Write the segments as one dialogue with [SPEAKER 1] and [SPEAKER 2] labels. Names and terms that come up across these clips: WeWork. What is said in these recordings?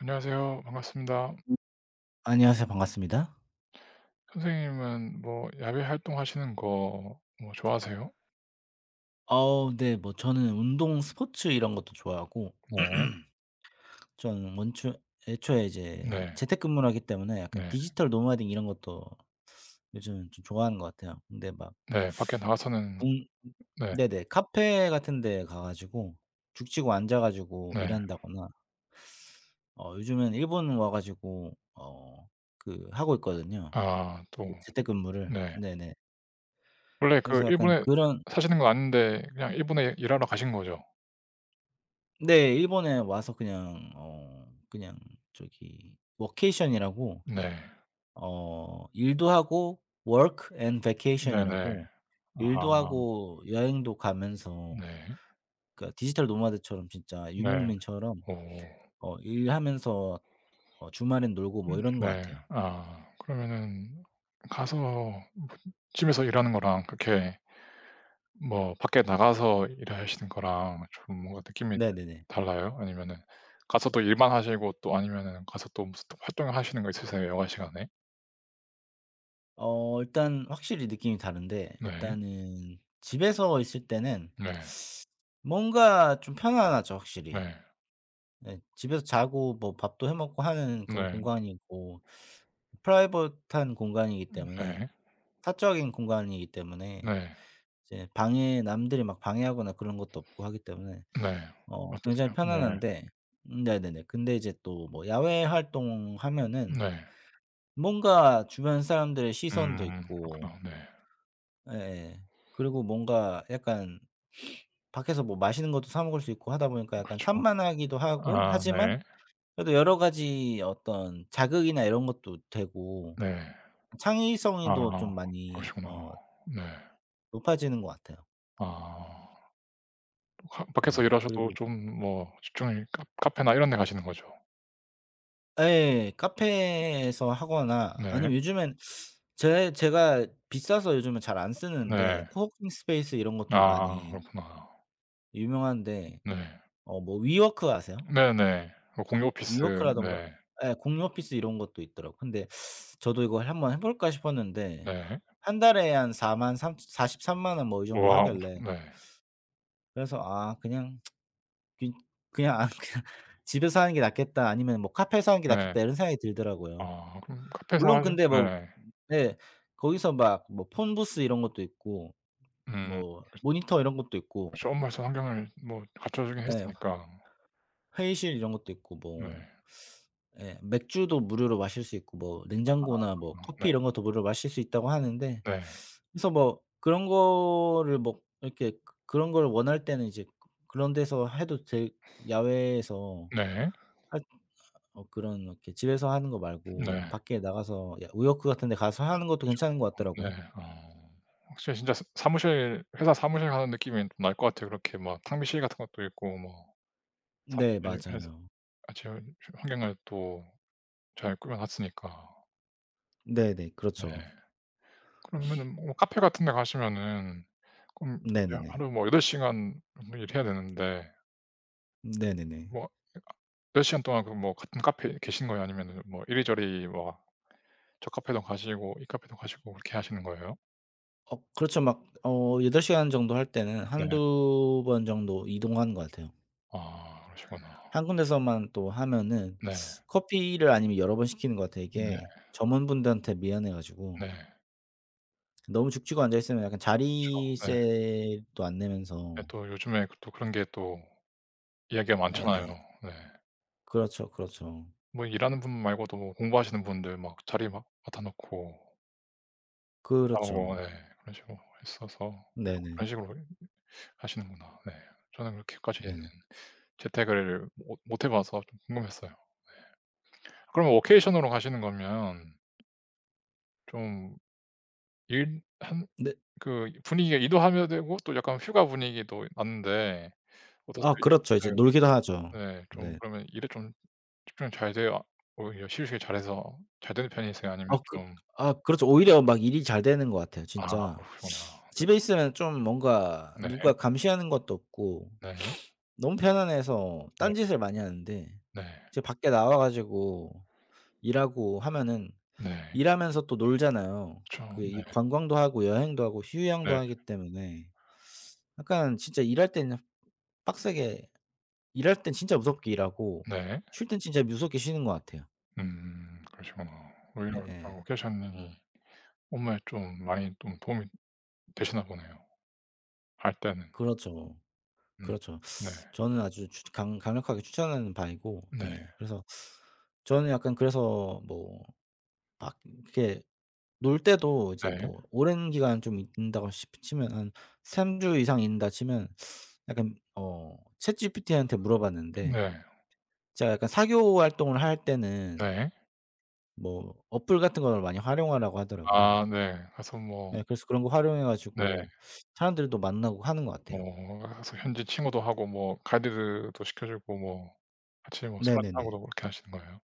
[SPEAKER 1] 안녕하세요. 반갑습니다.
[SPEAKER 2] 안녕하세요. 반갑습니다.
[SPEAKER 1] 선생님은 뭐 야외 활동하시는 거 뭐 좋아하세요?
[SPEAKER 2] 네. 뭐 저는 운동 스포츠 이런 것도 좋아하고
[SPEAKER 1] 네.
[SPEAKER 2] 저는 원초 애초에 이제
[SPEAKER 1] 네.
[SPEAKER 2] 재택근무를 하기 때문에 약간
[SPEAKER 1] 네.
[SPEAKER 2] 디지털 노마딩 이런 것도 요즘 좀 좋아하는 것 같아요. 근데 막
[SPEAKER 1] 네. 밖에 나가서는.
[SPEAKER 2] 군
[SPEAKER 1] 네.
[SPEAKER 2] 네네. 카페 같은 데 가 가지고 죽치고 앉아 가지고
[SPEAKER 1] 네.
[SPEAKER 2] 일한다거나 요즘엔 일본 와 가지고 하고 있거든요,
[SPEAKER 1] 아, 또.
[SPEAKER 2] 그 재택근무를.
[SPEAKER 1] 네.
[SPEAKER 2] 네네.
[SPEAKER 1] 원래 그
[SPEAKER 2] 그래서 약간
[SPEAKER 1] 일본에
[SPEAKER 2] 그런
[SPEAKER 1] 사시는 건 아닌데 그냥 일본에 일하러 가신 거죠?
[SPEAKER 2] 네. 일본에 와서 그냥 저기 워케이션이라고
[SPEAKER 1] 네.
[SPEAKER 2] 일도 하고 work and vacation
[SPEAKER 1] 네네.
[SPEAKER 2] 이라고 일도
[SPEAKER 1] 아
[SPEAKER 2] 하고 여행도 가면서
[SPEAKER 1] 네.
[SPEAKER 2] 그러니까 디지털 노마드처럼 진짜
[SPEAKER 1] 네.
[SPEAKER 2] 유목민처럼
[SPEAKER 1] 오.
[SPEAKER 2] 일하면서 주말엔 놀고 뭐 이런 것
[SPEAKER 1] 네.
[SPEAKER 2] 같아요.
[SPEAKER 1] 아, 그러면은 가서 집에서 일하는 거랑 그렇게 뭐 밖에 나가서 일하시는 거랑 좀 뭔가 느낌이
[SPEAKER 2] 네네네.
[SPEAKER 1] 달라요? 아니면은 가서 또 일만 하시고 또 아니면은 가서 또 무슨 또 활동을 하시는 거 있으세요, 여가 시간에?
[SPEAKER 2] 일단 확실히 느낌이 다른데
[SPEAKER 1] 네.
[SPEAKER 2] 일단은 집에서 있을 때는
[SPEAKER 1] 네.
[SPEAKER 2] 뭔가 좀 편안하죠 확실히.
[SPEAKER 1] 네.
[SPEAKER 2] 네. 집에서 자고 뭐 밥도 해 먹고 하는 그런
[SPEAKER 1] 네.
[SPEAKER 2] 공간이고 프라이빗한 공간이기 때문에
[SPEAKER 1] 네.
[SPEAKER 2] 사적인 공간이기 때문에
[SPEAKER 1] 네.
[SPEAKER 2] 이제 방해 남들이 막 방해하거나 그런 것도 없고 하기 때문에
[SPEAKER 1] 네.
[SPEAKER 2] 굉장히
[SPEAKER 1] 어떠세요? 네.
[SPEAKER 2] 편안한데 네네네. 근데 이제 또 뭐 야외 활동하면은
[SPEAKER 1] 네.
[SPEAKER 2] 뭔가 주변 사람들의 시선도
[SPEAKER 1] 음,
[SPEAKER 2] 있고
[SPEAKER 1] 그렇구나. 네.
[SPEAKER 2] 예예. 그리고 뭔가 약간 밖에서 뭐 맛있는 것도 사 먹을 수 있고 하다 보니까 약간
[SPEAKER 1] 그렇죠.
[SPEAKER 2] 산만하기도 하고
[SPEAKER 1] 아
[SPEAKER 2] 하지만
[SPEAKER 1] 네.
[SPEAKER 2] 그래도 여러 가지 어떤 자극이나 이런 것도 되고
[SPEAKER 1] 네. 아,
[SPEAKER 2] 창의성도 좀 많이
[SPEAKER 1] 그러시구나. 네.
[SPEAKER 2] 높아지는 것 같아요.
[SPEAKER 1] 아. 가 밖에서
[SPEAKER 2] 네.
[SPEAKER 1] 일하셔도
[SPEAKER 2] 그리고
[SPEAKER 1] 좀 뭐 집중이 카 카페나 이런 데 가시는 거죠?
[SPEAKER 2] 예. 카페에서 하거나
[SPEAKER 1] 네.
[SPEAKER 2] 아니면 요즘엔 제 제가 비싸서 요즘은 잘 안 쓰는데
[SPEAKER 1] 네.
[SPEAKER 2] 코워킹 스페이스 이런 것도
[SPEAKER 1] 아,
[SPEAKER 2] 많이
[SPEAKER 1] 그렇구나.
[SPEAKER 2] 유명한데
[SPEAKER 1] 네.
[SPEAKER 2] 뭐 위워크 아세요?
[SPEAKER 1] 네네. 뭐 공유 오피스.
[SPEAKER 2] 위워크라든가
[SPEAKER 1] 네.
[SPEAKER 2] 예. 공유 오피스 이런 것도 있더라고요. 근데 저도 이걸 '한번 해 볼까?' 싶었는데
[SPEAKER 1] 네.
[SPEAKER 2] 한 달에 한 4 3 4 3만 원 뭐 이 정도
[SPEAKER 1] 와 엄청.
[SPEAKER 2] 하길래
[SPEAKER 1] 네.
[SPEAKER 2] 그래서 아 그냥 그 그냥 아 그냥 '집에서 하는 게 낫겠다.' 아니면 뭐 '카페에서 하는 게
[SPEAKER 1] 네.
[SPEAKER 2] 낫겠다.' 이런 생각이 들더라고요.
[SPEAKER 1] 아 그럼 카페에서
[SPEAKER 2] 물론
[SPEAKER 1] 하시.
[SPEAKER 2] 근데 뭐
[SPEAKER 1] 네.
[SPEAKER 2] 네 거기서 막 뭐 폰 부스 이런 것도 있고
[SPEAKER 1] 음.
[SPEAKER 2] 뭐 모니터 이런 것도 있고
[SPEAKER 1] 그쵸. 엄에서 환경을 뭐 갖춰주긴
[SPEAKER 2] 예
[SPEAKER 1] 했으니까.
[SPEAKER 2] 회의실 이런 것도 있고
[SPEAKER 1] 네.
[SPEAKER 2] 뭐 예 맥주도 무료로 마실 수 있고 뭐 냉장고나 뭐
[SPEAKER 1] 아 네.
[SPEAKER 2] 커피 이런 것도 무료로 마실 수 있다고 하는데
[SPEAKER 1] 네.
[SPEAKER 2] 그래서 뭐 그런 거를 뭐 이렇게 그런 걸 원할 때는 이제 그런 데서 해도 되 야외에서
[SPEAKER 1] 네.
[SPEAKER 2] 할 어 그런 이렇게 집에서 하는 거 말고
[SPEAKER 1] 네.
[SPEAKER 2] 밖에 나가서 야 우역 같은 데 가서 하는 것도
[SPEAKER 1] 그쵸.
[SPEAKER 2] 괜찮은 것 같더라고요.
[SPEAKER 1] 네. 어. 확실히 진짜 사 사무실 회사 사무실 가는 느낌이 좀 날 것 같아요. 그렇게 막 탕비실 같은 것도 있고 뭐
[SPEAKER 2] 네
[SPEAKER 1] 사무실에서
[SPEAKER 2] 맞아요.
[SPEAKER 1] 같이 환경을 또 잘 꾸며 놨으니까.
[SPEAKER 2] 네네.
[SPEAKER 1] 네.
[SPEAKER 2] 그렇죠.
[SPEAKER 1] 그러면은 뭐 카페 같은 데 가시면은 그럼 이제
[SPEAKER 2] 네네네.
[SPEAKER 1] 하루 뭐 8시간 시간 정도 일해야 되는데
[SPEAKER 2] 네네네.
[SPEAKER 1] 뭐 몇 시간 동안 그 뭐 같은 카페에 계신 거예요? 아니면은 뭐 이리저리 뭐 저 카페도 가시고 이 카페도 가시고 그렇게 하시는 거예요?
[SPEAKER 2] 그렇죠. 막 8 시간 정도 할 때는
[SPEAKER 1] 네.
[SPEAKER 2] 한두 번 정도 이동하는 것 같아요.
[SPEAKER 1] 아, 그러시구나.
[SPEAKER 2] 한 군데서만 또 하면은
[SPEAKER 1] 네.
[SPEAKER 2] 커피를 아니면 여러 번 시키는 것 같아요.
[SPEAKER 1] 네.
[SPEAKER 2] 이게 점원분들한테 미안해 가지고
[SPEAKER 1] 네.
[SPEAKER 2] 너무 죽치고 앉아 있으면 약간
[SPEAKER 1] 그쵸. 네.
[SPEAKER 2] 자리세도 안
[SPEAKER 1] 예,
[SPEAKER 2] 내면서
[SPEAKER 1] 또 요즘에 그 또 그런 게 또 이야기가 많잖아요.
[SPEAKER 2] 예예.
[SPEAKER 1] 네.
[SPEAKER 2] 그렇죠, 그렇죠.
[SPEAKER 1] 뭐 일하는 분 말고도 뭐 공부하시는 분들 막 자리 막 맡아 놓고 나오고.
[SPEAKER 2] 그렇죠.
[SPEAKER 1] 예, 그런 식으로 있어서 그런
[SPEAKER 2] 네네.
[SPEAKER 1] 식으로 하시는구나. 네. 저는 그렇게까지
[SPEAKER 2] 네네.
[SPEAKER 1] 재택을 못 해 봐서 좀 궁금했어요. 그러면 워케이션으로 가시는 거면 좀 일한
[SPEAKER 2] 네.
[SPEAKER 1] 그 분위기가 이도하면 되고 또 약간 휴가 분위기도 나는데
[SPEAKER 2] 아
[SPEAKER 1] 어떠세요?
[SPEAKER 2] 그렇죠. 이제
[SPEAKER 1] 네.
[SPEAKER 2] 놀기도 하죠.
[SPEAKER 1] 네. 좀
[SPEAKER 2] 네.
[SPEAKER 1] 그러면 일에 좀 집중이 잘 돼요? 오히려 실시길 잘해서 잘 되는 편이세요? 아니면
[SPEAKER 2] 아 그
[SPEAKER 1] 좀.
[SPEAKER 2] 아 그렇죠. 오히려 막 일이 잘 되는 것 같아요
[SPEAKER 1] 아,
[SPEAKER 2] 진짜.
[SPEAKER 1] 그러시구나.
[SPEAKER 2] 집에 있으면 좀 뭔가
[SPEAKER 1] 네.
[SPEAKER 2] 누가 감시하는 것도 없고
[SPEAKER 1] 네.
[SPEAKER 2] 너무 편안해서
[SPEAKER 1] 네.
[SPEAKER 2] 딴짓을 많이 하는데
[SPEAKER 1] 네.
[SPEAKER 2] 이제 밖에 나와 가지고 일하고 하면은
[SPEAKER 1] 네.
[SPEAKER 2] 일하면서 또 놀잖아요.
[SPEAKER 1] 그죠.
[SPEAKER 2] 그 이 관광도 하고 여행도 하고
[SPEAKER 1] 네.
[SPEAKER 2] 휴양도
[SPEAKER 1] 네.
[SPEAKER 2] 하기 때문에 약간 진짜 일할 때는 빡세게 일할 땐 진짜 무섭게 일하고
[SPEAKER 1] 네.
[SPEAKER 2] 쉴 땐 진짜 무섭게 쉬는 것 같아요.
[SPEAKER 1] 음. 그러시구나. 오히려 좀
[SPEAKER 2] 예예.
[SPEAKER 1] 워케이션이 정말 좀 많이 좀 도움이 되시나 보네요, 할 때는.
[SPEAKER 2] 그렇죠.
[SPEAKER 1] 음.
[SPEAKER 2] 그렇죠.
[SPEAKER 1] 네.
[SPEAKER 2] 저는 아주 추 강 강력하게 추천하는 바이고
[SPEAKER 1] 네.
[SPEAKER 2] 예 그래서 저는 약간 그래서 뭐 막 이렇게 놀 때도 이제
[SPEAKER 1] 네.
[SPEAKER 2] 뭐 오랜 기간 좀 있는다고 시 치면 한 3 주 이상 있는다 치면 약간 챗GPT한테 물어봤는데
[SPEAKER 1] 네.
[SPEAKER 2] 제가 약간 사교 활동을 할 때는
[SPEAKER 1] 네.
[SPEAKER 2] 뭐 어플 같은 걸 많이 활용하라고 하더라고요.
[SPEAKER 1] 아 네. 가서 뭐.
[SPEAKER 2] 예 그래서 그런 거 활용해
[SPEAKER 1] 네.
[SPEAKER 2] 가지고 사람들도 만나고 하는 것 같아요.
[SPEAKER 1] 뭐 가서 현지 친구도 하고 뭐 가이드도 시켜 주고 뭐 같이 뭐 술
[SPEAKER 2] 네네네.
[SPEAKER 1] 한잔하고도 그렇게 하시는 거예요?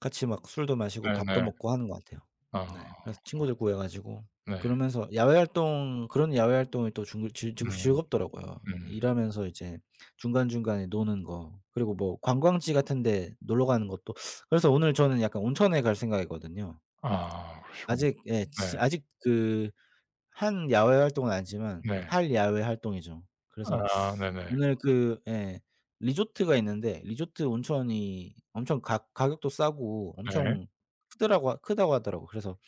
[SPEAKER 2] 같이 막 술도 마시고 밥도
[SPEAKER 1] 네네.
[SPEAKER 2] 먹고 하는 것 같아요. 네.
[SPEAKER 1] 아
[SPEAKER 2] 그래서 친구들 구해 가지고
[SPEAKER 1] 네.
[SPEAKER 2] 그러면서 야외 활동 그런 야외 활동이 또 중 즐 즐
[SPEAKER 1] 음.
[SPEAKER 2] 즐겁더라고요.
[SPEAKER 1] 음.
[SPEAKER 2] 일하면서 이제 중간중간에 노는 거 그리고 뭐 관광지 같은 데 놀러 가는 것도 그래서 오늘 저는 약간 온천에 갈 생각이거든요.
[SPEAKER 1] 아, 그러시구나.
[SPEAKER 2] 아직 예 지
[SPEAKER 1] 네.
[SPEAKER 2] 아직 그 한 야외 활동은 아니지만
[SPEAKER 1] 네.
[SPEAKER 2] 할 야외 활동이죠. 그래서
[SPEAKER 1] 아 네네.
[SPEAKER 2] 오늘 예 리조트가 있는데 리조트 온천이 엄청 가 가격도 싸고
[SPEAKER 1] 네.
[SPEAKER 2] 엄청 크더라고 크다고 하더라고요. 그래서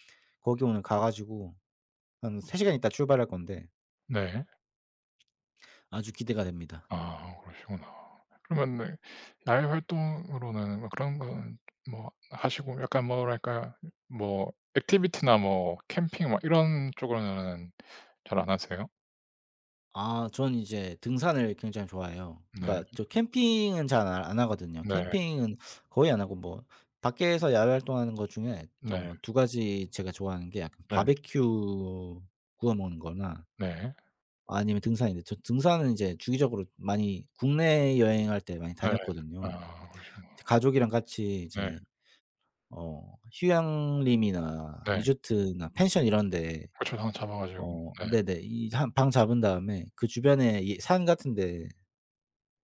[SPEAKER 2] 거기 오늘 가 가지고 한 3 시간 있다 출발할 건데
[SPEAKER 1] 네. 네.
[SPEAKER 2] 아주 기대가 됩니다.
[SPEAKER 1] 아, 그러시구나. 그러면 네, 야외 활동으로는 뭐 그런 건 뭐 하시고 약간 뭐랄까 뭐 액티비티나 뭐 캠핑 막 이런 쪽으로는 잘 안 하세요?
[SPEAKER 2] 아 전 이제 등산을 굉장히 좋아해요.
[SPEAKER 1] 네.
[SPEAKER 2] 그러니까 저 캠핑은 잘 안 하거든요.
[SPEAKER 1] 네.
[SPEAKER 2] 캠핑은 거의 안 하고 뭐 밖에서 야외 활동하는 것 중에
[SPEAKER 1] 네.
[SPEAKER 2] 2가지 제가 좋아하는 게 약간
[SPEAKER 1] 네.
[SPEAKER 2] 바베큐 구워 먹는 거나
[SPEAKER 1] 네.
[SPEAKER 2] 아니면 등산인데 저 등산은 이제 주기적으로 많이 국내 여행할 때 많이
[SPEAKER 1] 네.
[SPEAKER 2] 다녔거든요.
[SPEAKER 1] 아, 그러시구나.
[SPEAKER 2] 가족이랑 같이
[SPEAKER 1] 네.
[SPEAKER 2] 이제 어 휴양림이나
[SPEAKER 1] 네.
[SPEAKER 2] 리조트나 펜션 이런 데
[SPEAKER 1] 그쵸. 당 잡아 가지고. 네.
[SPEAKER 2] 네네. 이 한 방 잡은 다음에 그 주변에 이 산 같은 데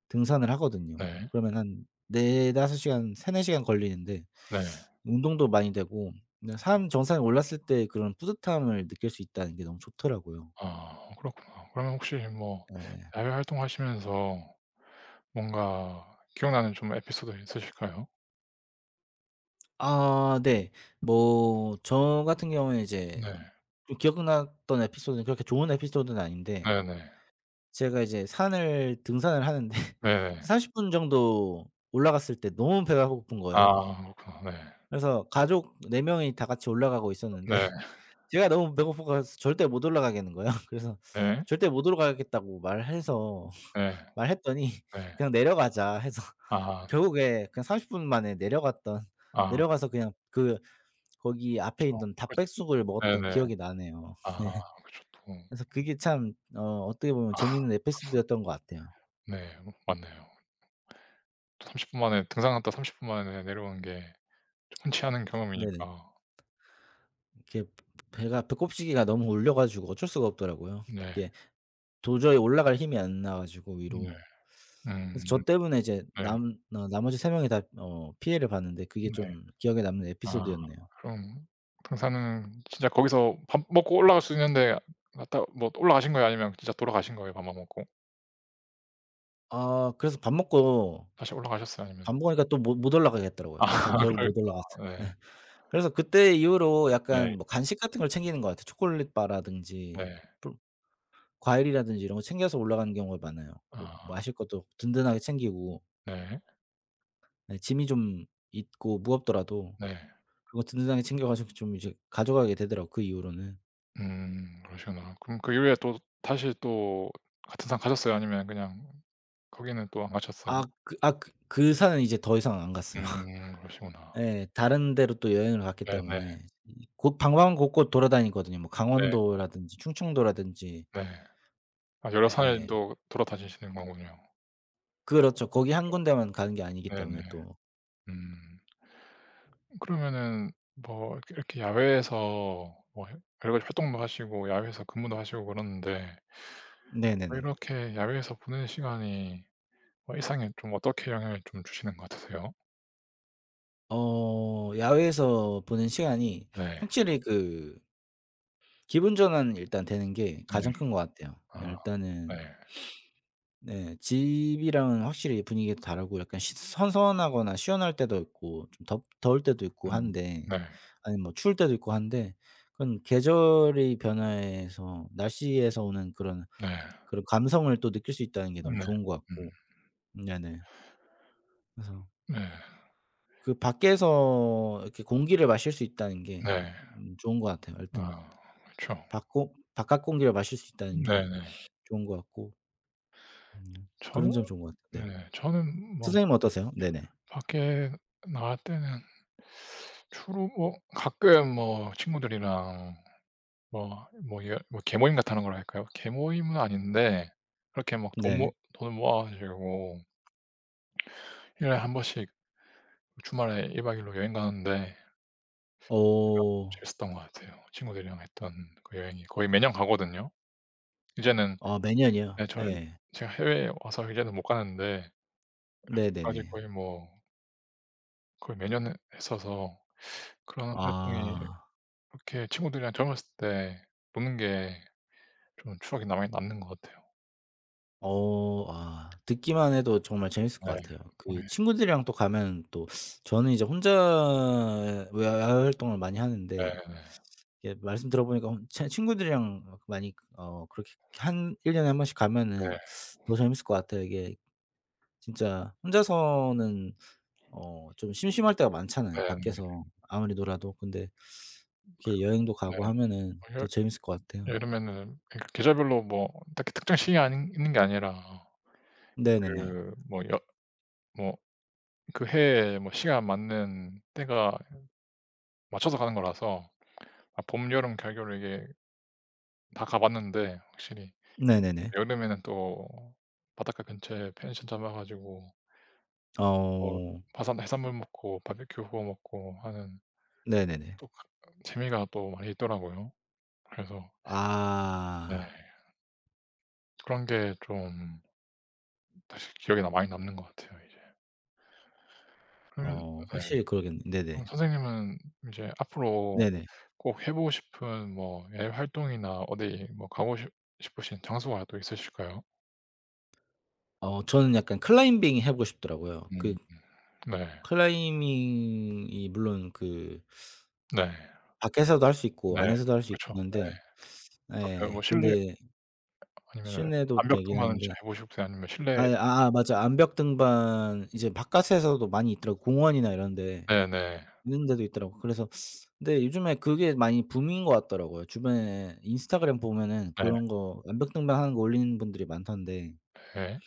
[SPEAKER 2] 등산을 하거든요.
[SPEAKER 1] 네.
[SPEAKER 2] 그러면 한 4-5 시간 3-4 시간 걸리는데
[SPEAKER 1] 네.
[SPEAKER 2] 운동도 많이 되고 그냥 산 정상에 올랐을 때 그런 뿌듯함을 느낄 수 있다는 게 너무 좋더라고요.
[SPEAKER 1] 아, 그렇구나. 그러면 혹시 뭐
[SPEAKER 2] 예.
[SPEAKER 1] 야외 활동하시면서 뭔가 기억나는 좀 에피소드 있으실까요?
[SPEAKER 2] 아 네. 뭐 저 같은 경우에 이제
[SPEAKER 1] 네.
[SPEAKER 2] 좀 기억났던 에피소드는 그렇게 좋은 에피소드는 아닌데
[SPEAKER 1] 네 네.
[SPEAKER 2] 제가 이제 산을 등산을 하는데
[SPEAKER 1] 네네.
[SPEAKER 2] 30분 정도 올라갔을 때 너무 배가 고픈 거예요.
[SPEAKER 1] 아, 그렇구나.
[SPEAKER 2] 그래서 가족 4 명이 다 같이 올라가고 있었는데
[SPEAKER 1] 네.
[SPEAKER 2] 제가 너무 배고프고 절대 못 올라가겠는 거예요. 그래서
[SPEAKER 1] 네. 네.
[SPEAKER 2] 절대 못 올라가겠다고 말해서
[SPEAKER 1] 네.
[SPEAKER 2] 말했더니
[SPEAKER 1] 네.
[SPEAKER 2] "그냥 내려가자." 해서
[SPEAKER 1] 아.
[SPEAKER 2] 결국에 그냥 30분 만에 내려갔던
[SPEAKER 1] 아.
[SPEAKER 2] 내려가서 그냥 그 거기 앞에
[SPEAKER 1] 그쵸.
[SPEAKER 2] 있던
[SPEAKER 1] 그쵸.
[SPEAKER 2] 닭백숙을 먹었던
[SPEAKER 1] 네네.
[SPEAKER 2] 기억이 나네요.
[SPEAKER 1] 아, 그쵸 또.
[SPEAKER 2] 그래서 그게 참 어떻게 보면
[SPEAKER 1] 아
[SPEAKER 2] 재미있는 에피소드였던 것 같아요.
[SPEAKER 1] 네. 맞네요. 30분 만에 등산갔다 30분 만에 내려오는 게 흔치 않은
[SPEAKER 2] 네네.
[SPEAKER 1] 경험이니까.
[SPEAKER 2] 이렇게 배가 배꼽시계가 너무 울려 가지고 어쩔 수가 없더라고요.
[SPEAKER 1] 네.
[SPEAKER 2] 이게 도저히 올라갈 힘이 안 나 가지고
[SPEAKER 1] 네.
[SPEAKER 2] 위로. 그래서
[SPEAKER 1] 음.
[SPEAKER 2] 저 때문에 이제
[SPEAKER 1] 네.
[SPEAKER 2] 남 나 나머지 세 명이 다 피해를 봤는데 그게
[SPEAKER 1] 네.
[SPEAKER 2] 좀 기억에 남는
[SPEAKER 1] 아
[SPEAKER 2] 에피소드였네요.
[SPEAKER 1] 그럼 등산은 진짜 거기서 밥 먹고 올라갈 수 있는데 갔다 뭐 올라가신 거예요? 아니면 진짜 돌아가신 거예요, 밥만 먹고?
[SPEAKER 2] 아 그래서
[SPEAKER 1] 다시 올라가셨어요?
[SPEAKER 2] 밥
[SPEAKER 1] 아니면.
[SPEAKER 2] 먹으니까 또 못 올라가겠더라고요.
[SPEAKER 1] 아,
[SPEAKER 2] 그래서 결국
[SPEAKER 1] 그러셨구나.
[SPEAKER 2] 못 올라갔어요. 예.
[SPEAKER 1] 네.
[SPEAKER 2] 그래서 그때 이후로
[SPEAKER 1] 네.
[SPEAKER 2] 약간 뭐 간식 같은 걸 챙기는 것 같아요. 초콜릿 바라든지
[SPEAKER 1] 네.
[SPEAKER 2] 프 과일이라든지 이런 거 챙겨서 올라가는 경우가 많아요. 그
[SPEAKER 1] 아
[SPEAKER 2] 마실 것도 든든하게 챙기고
[SPEAKER 1] 네.
[SPEAKER 2] 예 짐이 좀 있고 무겁더라도
[SPEAKER 1] 네.
[SPEAKER 2] 그거 든든하게 챙겨 가지고 좀 이제 가져가게 되더라고요 그 이후로는.
[SPEAKER 1] 음, 그러시구나. 그럼 그 이후에 또 다시 또 같은 상 가셨어요? 아니면 그냥 거기는 또 안 가셨어요?
[SPEAKER 2] 아 그 산은 이제 더 이상 안 갔어요.
[SPEAKER 1] 음, 그러시구나.
[SPEAKER 2] 예. 다른 데로 또 여행을 갔기
[SPEAKER 1] 네네.
[SPEAKER 2] 때문에 이 곳 방방 곳곳 돌아다니거든요. 뭐
[SPEAKER 1] 네.
[SPEAKER 2] 강원도라든지 충청도라든지
[SPEAKER 1] 네. 아, 여러
[SPEAKER 2] 예예.
[SPEAKER 1] 산을도 돌아다니시는 거군요.
[SPEAKER 2] 그렇죠. 거기 한 군데만 가는 게 아니기
[SPEAKER 1] 네.
[SPEAKER 2] 때문에
[SPEAKER 1] 네.
[SPEAKER 2] 또.
[SPEAKER 1] 음. 그러면은 뭐 이렇게 이렇게 야외에서 뭐 여러 가지 활동도 하시고 야외에서 근무도 하시고 그러는데 뭐
[SPEAKER 2] 네네네.
[SPEAKER 1] 이렇게 야외에서 보내는 시간이 어 일상에 좀 어떻게 영향을 좀 주시는 것 같으세요?
[SPEAKER 2] 야외에서 보낸 시간이
[SPEAKER 1] 네.
[SPEAKER 2] 확실히 그 기분 전환이 일단 되는 게
[SPEAKER 1] 네.
[SPEAKER 2] 가장 큰 것 같아요.
[SPEAKER 1] 아
[SPEAKER 2] 일단은
[SPEAKER 1] 네.
[SPEAKER 2] 네. 집이랑은 확실히 분위기가 다르고 약간 시 선선하거나 시원할 때도 있고 좀 덥 더울 때도 있고
[SPEAKER 1] 음.
[SPEAKER 2] 한데
[SPEAKER 1] 네.
[SPEAKER 2] 아니 뭐 추울 때도 있고 한데 그런 계절의 변화에서 날씨에서 오는 그런
[SPEAKER 1] 네.
[SPEAKER 2] 그런 감성을 또 느낄 수 있다는 게 너무
[SPEAKER 1] 네.
[SPEAKER 2] 좋은 것
[SPEAKER 1] 음.
[SPEAKER 2] 같고 네네. 그래서
[SPEAKER 1] 네.
[SPEAKER 2] 그 밖에서 이렇게 공기를 마실 수 있다는 게
[SPEAKER 1] 네.
[SPEAKER 2] 좋은 것 같아요. 하여튼
[SPEAKER 1] 아 그쵸.
[SPEAKER 2] 밖고 바깥 공기를 마실 수 있다는 게
[SPEAKER 1] 네네.
[SPEAKER 2] 좋은 것 같고 음
[SPEAKER 1] 저는.
[SPEAKER 2] 그런 점 좋은 것 같아요. 네.
[SPEAKER 1] 네 저는 뭐
[SPEAKER 2] 선생님은 어떠세요? 네네.
[SPEAKER 1] 밖에 나갈 때는 주로 뭐 가끔 뭐 친구들이랑 뭐 뭐 예 뭐 계모임 같다는 걸 할까요? 계모임은 아닌데 그렇게 막 돈 모
[SPEAKER 2] 네.
[SPEAKER 1] 돈을 모아 가지고 1년 년에 한 번씩 주말에 1박 박 2일 일로 여행 가는데 제가
[SPEAKER 2] 어.
[SPEAKER 1] 재밌었던 것 같아요. 친구들이랑 했던 그 여행이 거의 매년 가거든요, 이제는.
[SPEAKER 2] 아 매년이요?
[SPEAKER 1] 네. 저
[SPEAKER 2] 예.
[SPEAKER 1] 제가 해외에 와서 이 년은 못 가는데 아직
[SPEAKER 2] 네네네.
[SPEAKER 1] 거의 뭐 거의 매년 했어서 그런 활동이 이
[SPEAKER 2] 아.
[SPEAKER 1] 렇게 친구들이랑 젊었을 때 노는 게 좀 추억이 남아 남는 것 같아요.
[SPEAKER 2] 듣기만 해도 정말 재밌을 것
[SPEAKER 1] 네.
[SPEAKER 2] 같아요.
[SPEAKER 1] 어
[SPEAKER 2] 그
[SPEAKER 1] 예.
[SPEAKER 2] 친구들이랑 또 가면 또 저는 이제 혼자 외야 야외 활동을 많이 하는데
[SPEAKER 1] 네네네.
[SPEAKER 2] 이게 말씀 들어보니까 혼 친 친구들이랑 많이 그렇게 한 1 년에 한 번씩
[SPEAKER 1] 네.
[SPEAKER 2] 가면은 더 재밌을 것 같아요. 이게 진짜 혼자서는 좀 심심할 때가 많잖아요,
[SPEAKER 1] 네 네,
[SPEAKER 2] 밖에서 아무리 놀아도. 근데 이렇게 여행도 가고
[SPEAKER 1] 네.
[SPEAKER 2] 하면은
[SPEAKER 1] 뭐
[SPEAKER 2] 더
[SPEAKER 1] 여
[SPEAKER 2] 재밌을 것 같아요.
[SPEAKER 1] 여름에는 그러니까 계절별로 뭐 딱히 특정 시기가 아닌 있는 게 아니라
[SPEAKER 2] 네네네.
[SPEAKER 1] 그 뭐 여 뭐 그 해에 뭐 시간 맞는 때가 맞춰서 가는 거라서 아 봄, 여름, 가을, 겨울 이게 다 가 봤는데 확실히
[SPEAKER 2] 네네네.
[SPEAKER 1] 여름에는 또 바닷가 근처에 펜션 잡아 가지고 뭐
[SPEAKER 2] 어.
[SPEAKER 1] 바산 해산물 먹고 바비큐 구워 먹고 하는
[SPEAKER 2] 네네네.
[SPEAKER 1] 또 그 재미가 또 많이 있더라고요. 그래서 네
[SPEAKER 2] 아.
[SPEAKER 1] 그런 게 좀 다시 기억에 남 많이 남는 것 같아요, 이제. 그러면 네,
[SPEAKER 2] 확실히 그러겠네.
[SPEAKER 1] 그럼
[SPEAKER 2] 네네.
[SPEAKER 1] 선생님은 이제 앞으로
[SPEAKER 2] 네네.
[SPEAKER 1] 꼭 해 보고 싶은 뭐 여행 활동이나 어디 뭐 가고 싶 싶으신 장소가 또 있으실까요?
[SPEAKER 2] 저는 약간 클라이밍 해 보고 싶더라고요. 그
[SPEAKER 1] 음 네.
[SPEAKER 2] 클라이밍이 물론 그
[SPEAKER 1] 네.
[SPEAKER 2] 밖에서도 할 수 있고
[SPEAKER 1] 네.
[SPEAKER 2] 안에서도 할 수 있긴
[SPEAKER 1] 그쵸. 네.
[SPEAKER 2] 한데
[SPEAKER 1] 또 그
[SPEAKER 2] 예
[SPEAKER 1] 뭐 실내
[SPEAKER 2] 근데
[SPEAKER 1] 아니면은
[SPEAKER 2] 실내도
[SPEAKER 1] 암벽
[SPEAKER 2] 되긴
[SPEAKER 1] 등반은
[SPEAKER 2] 하는데
[SPEAKER 1] 해 보고 싶으세요? 아니면 실내.
[SPEAKER 2] 아 아아 맞아 암벽 등반 이제 바깥에서도 많이 있더라고요 공원이나 이런 데.
[SPEAKER 1] 네네.
[SPEAKER 2] 있는 데도 있더라고요. 그래서 근데 요즘에 그게 많이 붐인 것 같더라고요. 주변에 인스타그램 보면은
[SPEAKER 1] 네
[SPEAKER 2] 그런 거 암벽 등반하는 거 올리는 분들이 많던데
[SPEAKER 1] 예.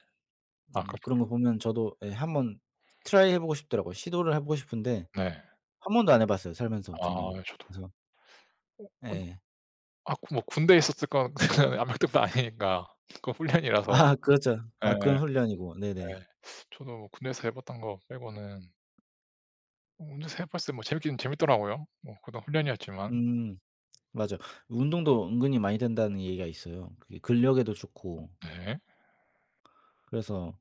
[SPEAKER 1] 아 그.
[SPEAKER 2] 그런 거 보면 저도 예 한번 트라이 해 보고 싶더라고요. 시도를 해 보고 싶은데
[SPEAKER 1] 네.
[SPEAKER 2] 한 번도 안해 봤어요 살면서 저는.
[SPEAKER 1] 아 저도
[SPEAKER 2] 그래서
[SPEAKER 1] 어 군
[SPEAKER 2] 예
[SPEAKER 1] 아 뭐 군대에 있었을 건 암벽등반 아니니까 그건 훈련이라서.
[SPEAKER 2] 아 그렇죠.
[SPEAKER 1] 예.
[SPEAKER 2] 아 그건 훈련이고. 네네.
[SPEAKER 1] 예. 저도 뭐 군대에서 해 봤던 거 빼고는 뭐 혼자서 해 봤어요. 뭐 재밌긴 재밌더라고요. 뭐 그건 훈련이었지만.
[SPEAKER 2] 음 맞아 운동도 은근히 많이 된다는 얘기가 있어요. 그게 근력에도 좋고
[SPEAKER 1] 네.
[SPEAKER 2] 그래서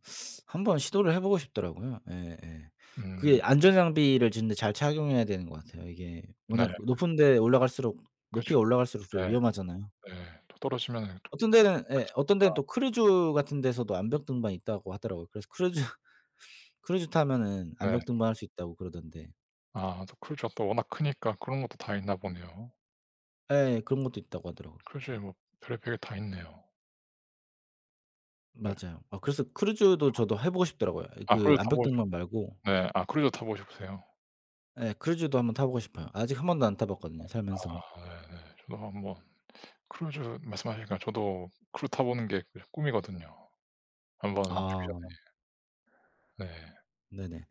[SPEAKER 2] 한번 시도를 해 보고 싶더라고요. 예예.
[SPEAKER 1] 음.
[SPEAKER 2] 그게 안전장비를 진짜 잘 착용해야 되는 것 같아요. 이게
[SPEAKER 1] 네.
[SPEAKER 2] 워낙 높은 데 올라갈수록
[SPEAKER 1] 그렇죠.
[SPEAKER 2] 높이가 올라갈수록 좀
[SPEAKER 1] 네
[SPEAKER 2] 위험하잖아요.
[SPEAKER 1] 네. 또 떨어지면은 또
[SPEAKER 2] 어떤 데는 예 어떤 데는
[SPEAKER 1] 다치니까.
[SPEAKER 2] 또 크루즈 같은 데서도 암벽 등반 있다고 하더라고요. 그래서 크루즈 크루즈 타면은
[SPEAKER 1] 네.
[SPEAKER 2] 암벽 등반할 수 있다고 그러던데
[SPEAKER 1] 아 또 크루즈가 또 워낙 크니까 그런 것도 다 있나 보네요.
[SPEAKER 2] 예 예, 그런 것도 있다고 하더라고요.
[SPEAKER 1] 크루즈에 뭐 별의별 게 다 있네요. 네.
[SPEAKER 2] 맞아요. 아 그래서 크루즈도 저도 해 보고 싶더라고요. 예,
[SPEAKER 1] 아
[SPEAKER 2] 그
[SPEAKER 1] 크루즈 타
[SPEAKER 2] 암벽
[SPEAKER 1] 보고 싶.
[SPEAKER 2] 등반 말고
[SPEAKER 1] 네. 아 크루즈 타 보고 싶으세요?
[SPEAKER 2] 예 크루즈도 한번 타 보고 싶어요. 아직 한 번도 안 타 봤거든요 살면서.
[SPEAKER 1] 아 네네. 저도 한번 크루즈 말씀하시니까 저도 크루 타 보는 게 그 꿈이거든요. 한번 죽기
[SPEAKER 2] 아
[SPEAKER 1] 전에. 네.
[SPEAKER 2] 네네.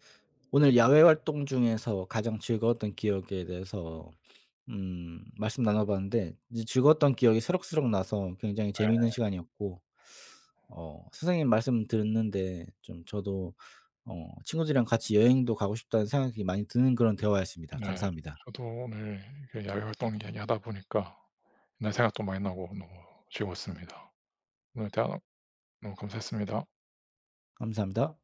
[SPEAKER 2] 오늘 야외 활동 중에서 가장 즐거웠던 기억에 대해서 말씀 나눠 봤는데 이제 즐거웠던 기억이 새록새록 나서 굉장히 재미있는 시간이었고 선생님 말씀 듣는데 좀 저도 친구들이랑 같이 여행도 가고 싶다는 생각이 많이 드는 그런 대화였습니다.
[SPEAKER 1] 네.
[SPEAKER 2] 감사합니다.
[SPEAKER 1] 저도 오늘 이렇게 야외 활동 이야기하다 보니까 옛날 생각도 많이 나고 너무 즐거웠습니다. 오늘 대화 너무 감사했습니다.
[SPEAKER 2] 감사합니다.